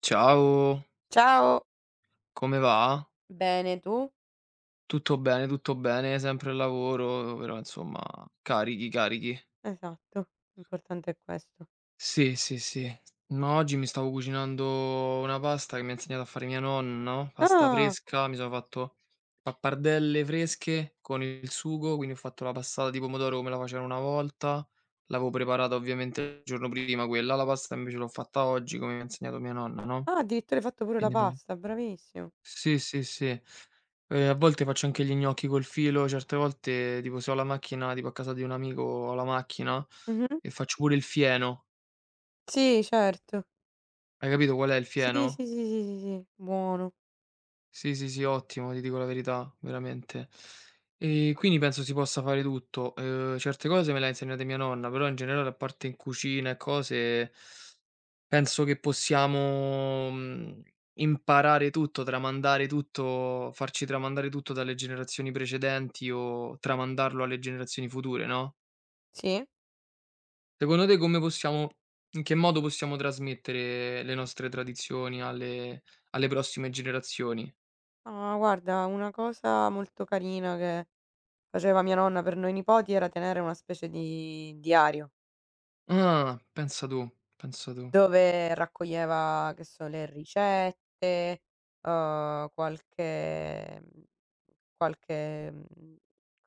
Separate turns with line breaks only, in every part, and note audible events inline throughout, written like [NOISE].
Ciao,
Ciao,
come va?
bene tu?
Tutto bene, sempre al lavoro, però insomma, carichi, carichi.
Esatto, l'importante è questo.
Sì, sì, sì. No, oggi mi stavo cucinando una pasta che mi ha insegnato a fare mia nonna, no? Pasta
Ah!
fresca, mi sono fatto pappardelle fresche con il sugo, quindi ho fatto la passata di pomodoro come la facevano una volta. L'avevo preparata ovviamente il giorno prima quella, la pasta invece l'ho fatta oggi come mi ha insegnato mia nonna, no?
Ah, addirittura hai fatto pure la
Quindi proprio
pasta, bravissimo.
Sì, sì, sì. A volte faccio anche gli gnocchi col filo, certe volte tipo se ho la macchina tipo a casa di un amico ho la macchina
Mh-mh.
e faccio pure il fieno.
Sì, certo.
Hai capito qual è il
Sì, sì,
fieno?
sì, sì, sì, sì, buono.
Sì, sì, sì, ottimo, ti dico la verità, veramente. E quindi penso si possa fare tutto. Certe cose me le ha insegnate mia nonna, però in generale a parte in cucina e cose. Penso che possiamo imparare tutto, tramandare tutto, farci tramandare tutto dalle generazioni precedenti, o tramandarlo alle generazioni future, no,
Sì?
secondo te come possiamo in che modo possiamo trasmettere le nostre tradizioni alle prossime generazioni?
Ah, guarda, una cosa molto carina che faceva mia nonna per noi nipoti era tenere una specie di diario.
Ah, pensa tu, pensa tu.
Dove raccoglieva, che so, le ricette, qualche qualche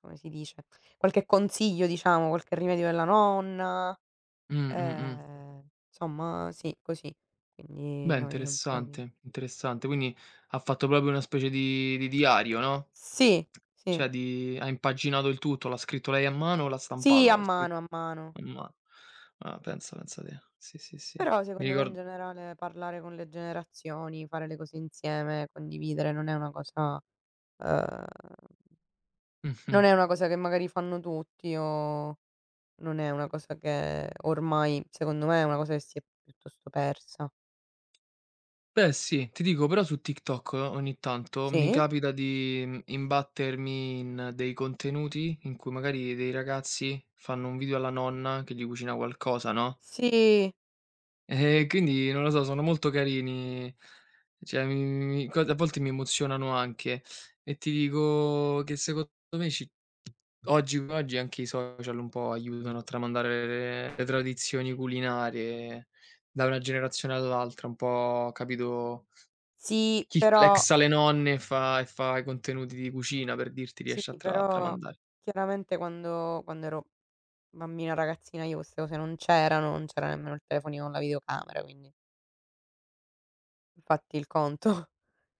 come si dice, qualche consiglio diciamo, qualche rimedio della nonna,
Mh, mh, mh.
insomma sì, così. Quindi
Beh,
noi poi.
interessante, interessante. Quindi ha fatto proprio una specie di diario, no?
Sì, sì.
Cioè, di ha impaginato il tutto, l'ha scritto lei a mano o l'ha
Sì, a
stampato? L'ha scritto
mano, a mano.
a mano. Ah, pensa, pensa te. Sì, sì, sì.
Però
Mi
secondo me in
ricord
generale parlare con le generazioni, fare le cose insieme, condividere uhm Non
Mh-mh.
è una cosa che magari fanno tutti o non è una cosa che ormai secondo me è una cosa che si è piuttosto persa.
Beh sì, ti dico però su TikTok ogni tanto mi
Sì?
capita di imbattermi in dei contenuti in cui magari dei ragazzi fanno un video alla nonna che gli cucina qualcosa, no,
Sì,
e quindi non lo so, sono molto carini. Cioè mi mi mi co a volte mi emozionano anche, e ti dico che secondo me ci oggi come oggi anche i social un po' aiutano a tramandare le tradizioni culinarie da una generazione all'altra, un po', capito,
sì,
chi
però
flexa le nonne e fa i contenuti di cucina per dirti
sì,
riesce a tra
però
tramandare.
chiaramente quando ero bambina, ragazzina, io queste cose non c'erano, non c'era nemmeno il telefonino con la videocamera, quindi fatti il conto.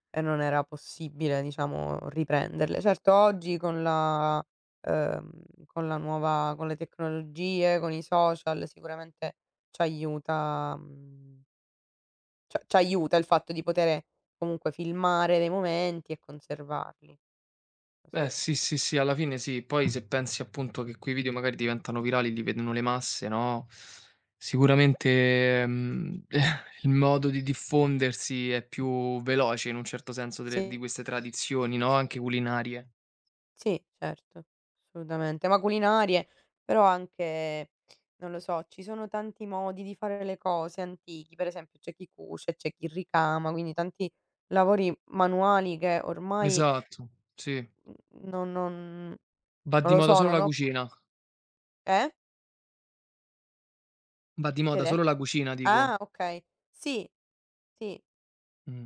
E non era possibile, diciamo, riprenderle. Certo oggi con la nuova con le tecnologie, con i social sicuramente c'aiuta mhmm, cioè c'aiuta il fatto di potere comunque filmare dei momenti e conservarli. Questo
Beh
sì.
sì, sì, sì, alla fine sì. Poi se pensi appunto che quei video magari diventano virali, li vedono le masse, no, sicuramente, [LAUGHS] il modo di diffondersi è più veloce in un certo senso delle
Sì.
di queste tradizioni, no, anche culinarie.
Sì, certo, assolutamente. Ma culinarie, però anche, non lo so, ci sono tanti modi di fare le cose antichi, per esempio c'è chi cuce, c'è chi ricama, quindi tanti lavori manuali che ormai
Esatto, sì.
mhmm, non non
Va
non
di
lo
moda
so,
solo
non
la
ho
cucina.
eh?
Va di
Che hai
moda
de
solo la cucina,
Ah,
dico.
okay, sì, sì,
Mh.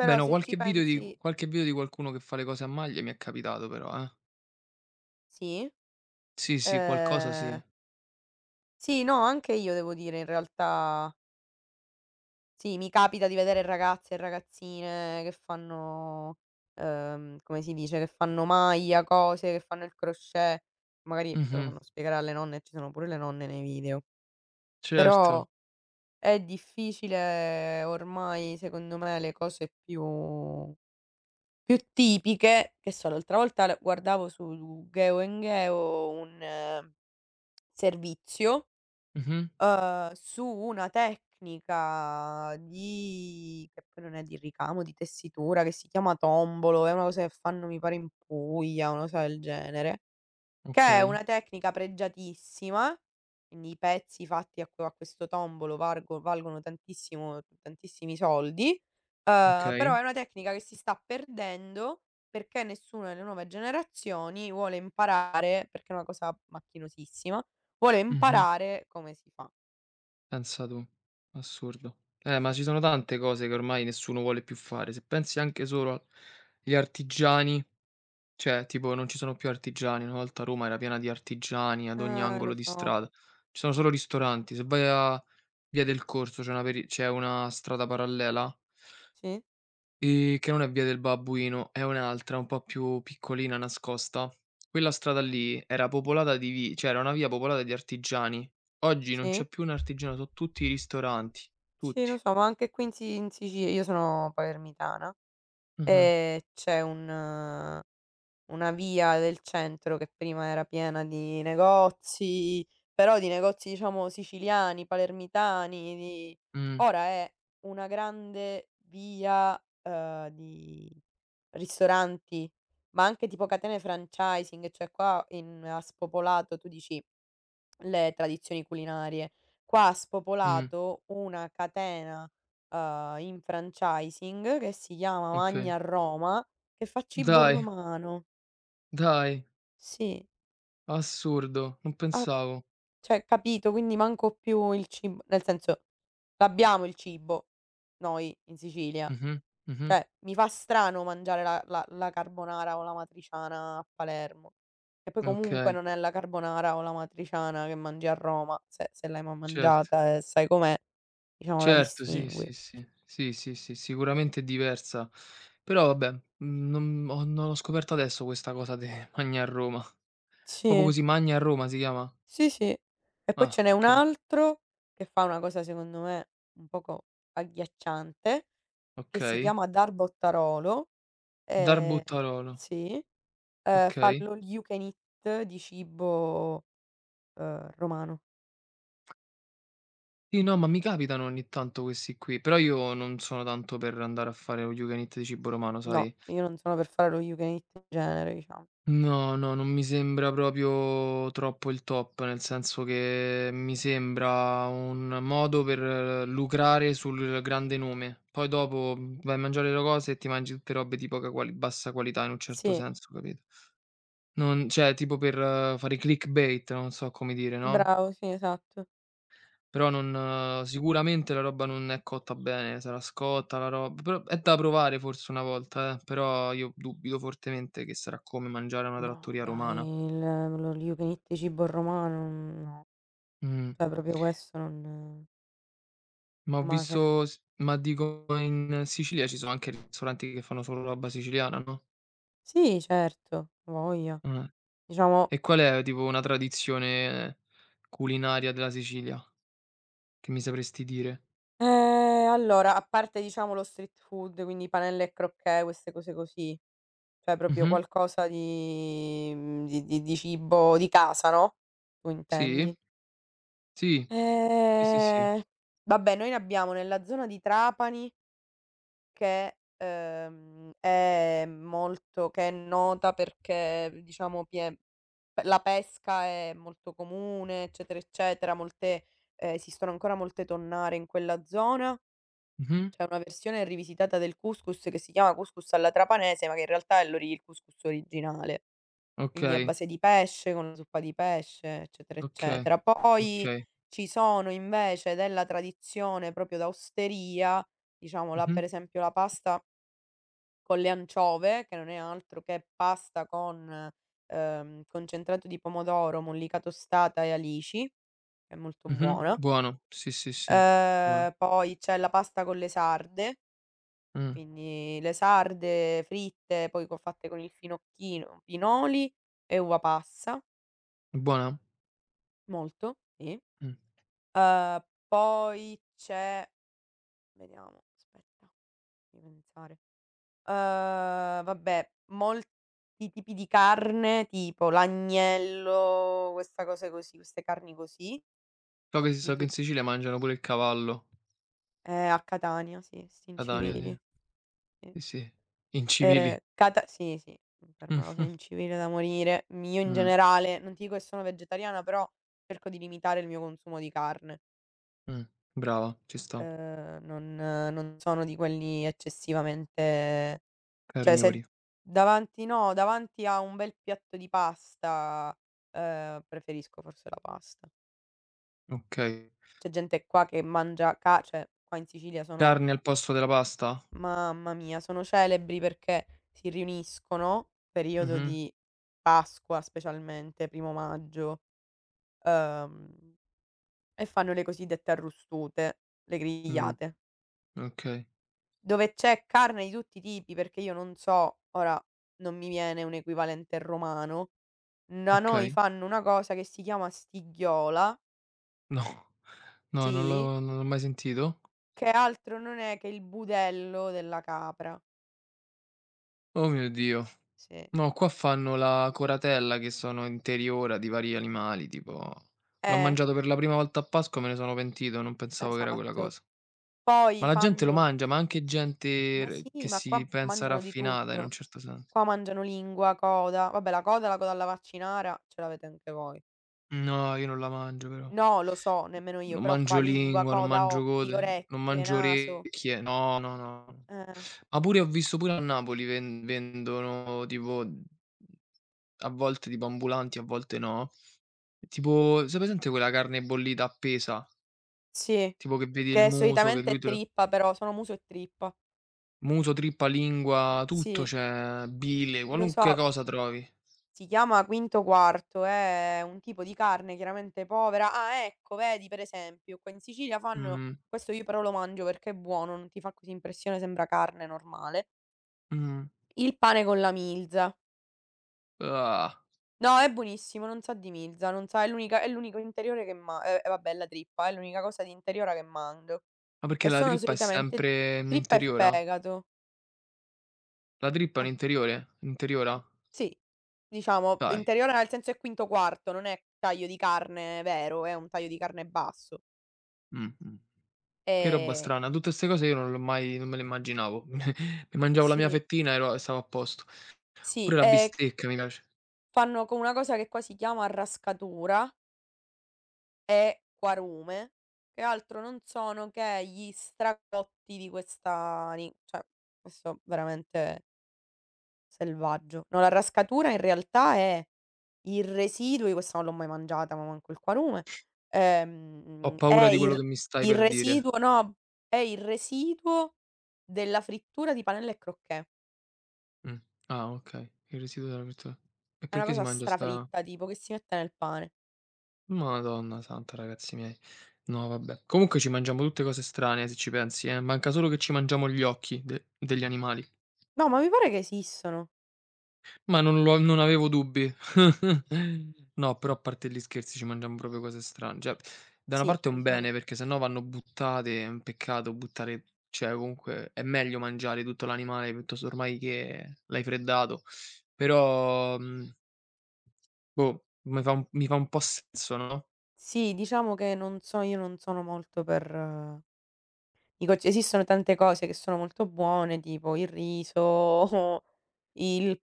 Vabbè no,
se ci pensi
qualche video di qualcuno che fa le cose a maglia mi è capitato però, eh.
sì,
Sì, sì, qualcosa sì.
ehm, sì, no, anche io devo dire in realtà. Sì, mi capita di vedere ragazze e ragazzine che fanno, come si dice, che fanno maglia, cose, che fanno il crochet. Magari te lo
Mh-mh.
fanno spiegare alle nonne, ci sono pure le nonne nei video. Però
Certo.
è difficile ormai, secondo me, le cose più tipiche, che so, l'altra volta l guardavo su Geo&Geo un servizio
Mh-mh.
su una tecnica di che poi non è di ricamo, di tessitura, che si chiama tombolo, è una cosa che fanno mi pare in Puglia, una cosa del genere, che è
Okay,
una tecnica pregiatissima, quindi i pezzi fatti a questo tombolo vargo valgono tantissimo tantissimi soldi, però
okay.
è una tecnica che si sta perdendo perché nessuno delle nuove generazioni vuole imparare, perché è una cosa macchinosissima, vuole
Mh-mh.
imparare come si fa.
Pensa tu. Assurdo.
Sì,
Ma ci sono tante cose che ormai nessuno vuole più fare. Se pensi anche solo agli artigiani. Cioè, tipo non ci sono più artigiani, una volta Roma era piena di artigiani ad ogni angolo
lo
di
so.
strada. Ci sono solo ristoranti. Se vai a Via del Corso c'è una strada parallela,
Sì,
che non è Via del Babbuino, è un'altra un po' più piccolina, nascosta. Quella strada lì era popolata di vi cioè era una via popolata di artigiani. Oggi non
sì,
c'è più un artigiano, so' tutti i ristoranti,
sì,
tutti.
lo so, ma anche qui in Sicilia io sono palermitana,
Mh-mh.
e c'è un una via del centro che prima era piena di negozi, però di negozi diciamo siciliani, palermitani, di
Mh,
ora è una grande via, di ristoranti, ma anche tipo catene franchising, cioè qua in a Spopolato tu dici. Le tradizioni culinarie. Qua ha
mh,
spopolato una catena, in franchising che si chiama
okay.
Magna Roma, che fa cibo
Dai,
romano.
dai,
Sì,
assurdo, non
ah,
pensavo.
cioè capito, quindi manco più il cib nel senso, l'abbiamo il cibo noi in Sicilia.
Mh-mh, mh-mh.
Cioè, mi fa strano mangiare la carbonara o la matriciana a Palermo. Che poi comunque
Okay,
non è la carbonara o la matriciana che mangi a Roma, se l'hai mai
certo.
mangiata e sai com'è. Diciamo la
Certo, sì,
distingui.
sì, sì. Sì, sì, sì, sicuramente è diversa. Però vabbè, non l'ho scoperto adesso questa cosa de [LAUGHS] Magna a Roma. Proprio
Sì,
così, Magna a Roma si chiama?
sì, sì. E poi
Ah,
ce n'è un
okay,
altro che fa una cosa secondo me un poco agghiacciante, che si
okay.
chiama Dar Bottarolo, ehm
Darbutarolo,
sì, fa
okay.
l'all you can eat di cibo, romano.
Sì, no, ma mi capitano ogni tanto questi qui, però io non sono tanto per andare a fare all you can eat di cibo romano,
No,
sai?
io non sono per fare lo you can eat in genere, diciamo.
No, no, non mi sembra proprio troppo il top, nel senso che mi sembra un modo per lucrare sul grande nome. Poi dopo vai a mangiare le cose e ti mangi tutte robe di poca quali bassa qualità in un certo
Sì,
senso, capito? Non, cioè tipo per fare clickbait, non so come dire, no,
bravo, sì, esatto.
però non sicuramente la roba non è cotta bene, sarà scotta la rob però è da provare forse una volta, però io dubito fortemente che sarà come mangiare a una
No
trattoria
dai,
romana.
il l'all you can eat di cibo romano, no.
Mh.
Cioè proprio questo non
Ma ho
non m'ha sen
visto s ma dico, in Sicilia ci sono anche ristoranti che fanno solo roba siciliana, no?
Sì, certo, a voglia.
Ah.
Diciamo.
E qual è tipo una tradizione culinaria della Sicilia che mi sapresti dire?
Allora a parte diciamo lo street food, quindi panelle e crocchè, queste cose così, cioè proprio
Mh-mh.
qualcosa di di cibo di casa, no, tu
Sì?
intendi.
Sì. Sì, sì, sì.
Ehm, vabbè, noi ne abbiamo nella zona di Trapani, che è nota perché diciamo pie pe la pesca è molto comune, eccetera, eccetera, molte esistono ancora molte tonnare in quella zona.
Mh-mh.
C'è una versione rivisitata del couscous che si chiama couscous alla trapanese, ma che in realtà è l'ori il couscous originale, quindi è a
Okay,
base di pesce, con la zuppa di pesce, eccetera,
okay,
eccetera. Poi
okay.
ci sono invece della tradizione proprio da osteria, diciamo la
Mh-mh,
per esempio la pasta con le anciove, che non è altro che pasta con, concentrato di pomodoro, mollica tostata e alici, che è molto
mh-mh.
buona.
Buono. Sì, sì, sì. Buono.
Poi c'è la pasta con le sarde,
Mh.
quindi le sarde fritte, poi co fatte con il finocchino, pinoli e uva passa,
È buona?
molto, sì.
Mh.
Poi c'è vediamo, aspetta, fammi pensare. Uhm, vabbè, molti tipi di carne, tipo l'agnello, questa cose così, queste carni così,
So che
di
so che in
tutti
Sicilia mangiano pure il cavallo.
a Catania, sì, sti
Catania, sì.
incivili, sì.
Sì, sì. Incivili.
Cata sì, sì, per me
Mh.
è una cosa
[LAUGHS]
incivile da morire. M Io in
Mh.
generale, non ti dico che sono vegetariana, però cerco di limitare il mio consumo di carne.
Mh, brava, ci sta.
Non sono di quelli eccessivamente. Cioè se
Carnivori,
davanti no, davanti a un bel piatto di pasta, preferisco forse la pasta.
okay.
C'è gente qua che mangia ca cioè qua in Sicilia sono
Carne al posto della pasta?
mamma mia, sono celebri perché si riuniscono, periodo
Mh-mh,
di Pasqua specialmente, primo maggio, ehm, e fanno le cosiddette arrostute, le
mh,
grigliate,
okay,
dove c'è carne di tutti i tipi, perché io non so, ora non mi viene un equivalente romano. Da noi
okay.
fanno una cosa che si chiama stighiola,
No, no, non l'ho
sì,
non l'ho mai sentito.
che altro non è che il budello della capra,
Oh mio Dio.
sì.
No, qua fanno la coratella che sono interiora di vari animali, tipo l'ho
Eh,
mangiato per la prima volta a Pasqua e me ne sono pentito, non pensavo che era quella
esatto.
cosa. Ma
Poi
la gente lo
fanno.
mangia, ma anche gente
Ma
r che
sì, ma
si
qua
pensa
mangiano di
raffinata in un
tutto.
certo sen.
Qua mangiano lingua, coda, vabbè la coda alla vaccinara ce l'avete anche voi.
No, io non la mangio però.
No, lo so, nemmeno io,
Non
però qua
mangio
lingua,
lingua, non
coda,
mangio
occhi,
gote, non
orecchie,
mangio
naso.
orecchie. No, no, no.
Eh,
Ma pure ho visto pure a Napoli vendono tipo, a volte tipo ambulanti, a volte no, tipo sei presente quella carne bollita appesa?
sì,
Tipo che vedi il
che
muso, che
solitamente
lui
è
te lo
trippa però sono muso e trippa.
muso, trippa, lingua, tutto
Sì,
c'è, bile,
lo
qualunque
so.
cosa trovi.
Si chiama quinto quarto, è un tipo di carne chiaramente povera. Ah, ecco, vedi, per esempio qua in Sicilia fanno
Mh-mh,
questo. Io però lo mangio perché è buono, non ti fa così impressione, sembra carne normale,
mh-mh.
il pane con la milza.
Ah,
No, è buonissimo, non sa di milza, non sa è l'unico interiore che ma e vabbè, la trippa, è l'unica cosa di interiora che mangio,
ma
e
perché la
sono
trippa è
solitamente
sempre in
trippa e
interiora?
fegato.
La trippa è un
Vabb
interiore? Interiora?
Sì, diciamo
Dai.
interiore nel senso è quinto quarto, non è taglio di carne vero, è un taglio di carne basso.
Mh, mh. Che roba
Ehm,
strana, tutte 'ste cose io non l'ho mai non me le immaginavo. [LAUGHS] Mi mangiavo la mia
sì,
fettina ero e stavo a posto.
sì,
Pure la bistecca mi piace.
fanno con una cosa che qua si chiama rascatura e quarume, che altro non sono che gli stracotti di questa ni cioè questo veramente selvaggio. No, la rascatura in realtà è il residuo. Io questa non l'ho mai mangiata, ma manco il quarume,
Ho
è
paura di quello che mi stai
il
per dire.
residuo, no, è il residuo della frittura di panelle e crocchè.
Mh. Ah okay, il residuo della [UNINTELLIGIBLE] frittura. E
È una
perché si
cosa
mangia sta?
strafritta tipo che si mette nel pane.
Madonna santa, ragazzi miei. No vabbè. Comunque ci mangiamo tutte cose strane, se ci pensi, manca solo che ci mangiamo gli occhi de degli animali.
No, ma mi pare che esistano.
Ma non avevo dubbi. [LAUGHS] No, però a parte gli scherzi ci mangiamo proprio cose strane. Cioè, da una
Sì,
parte è un
diciamo
bene, perché se no vanno buttate, è un peccato buttare, cioè comunque è meglio mangiare tutto l'animale piuttosto, ormai che l'hai freddato. Però, boh, mi fa un po' senso, no,
sì, diciamo che non so, io non sono molto per i co esistono tante cose che sono molto buone, tipo il riso, [LAUGHS] il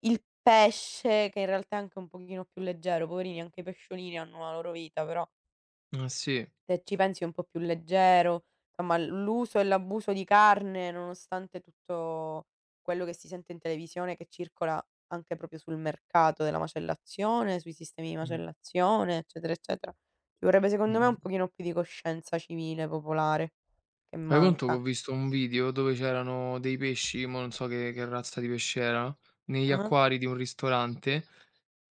il pesce che in realtà è anche un pochino più leggero, poverini anche i pesciolini hanno la loro vita, però
eh sì.
se ci pensi è un po' più leggero, insomma l'uso e l'abuso di carne, nonostante tutto quello che si sente in televisione, che circola anche proprio sul mercato della macellazione, sui sistemi di
Mh,
macellazione, eccetera, eccetera, ci vorrebbe secondo me un
mh-mh.
pochino più di coscienza civile popolare, che
Fai conto che ho
manca.
visto un video dove c'erano dei pesci, mo non so che razza di pesce era, negli
Ah-ah.
acquari di un ristorante.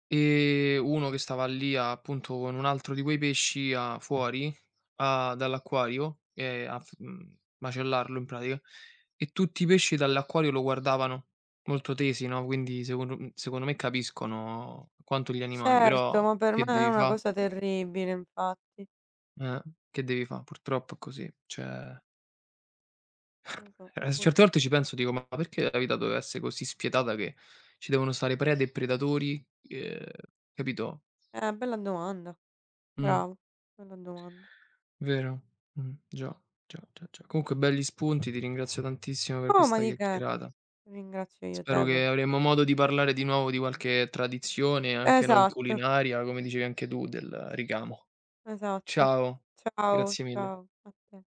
Uno che stava lì a appunto con un altro di quei pesci a fuori, a dall'acquario, macellarlo in pratica, e tutti i pesci dall'acquario lo guardavano, molto tesi, no, quindi secondo me capiscono quanto gli animali,
Certo,
però
ma per me
che
è
devi
una
fa?
cosa terribile infatti.
Eh, che devi fa? Purtroppo è così, cioè,
Lo so,
s certe volte
purtroppo.
ci penso, dico: "Ma perché la vita deve essere così spietata che ci devono stare prede e predatori?" Ehm, Capito?
Bella domanda,
Mh.
bravo, bella domanda.
Vero. Mh. Già, già, già, già. Comunque belli spunti, ti ringrazio tantissimo per
Oh, ma
questa
di che,
chiacchierata.
ringrazio io
Spero
te
che
per
avremo modo di parlare di nuovo di qualche tradizione, anche non
Esatto,
culinaria, come dicevi anche tu, del ricamo.
esatto.
Ciao,
Ciao,
grazie mille.
ciao a te.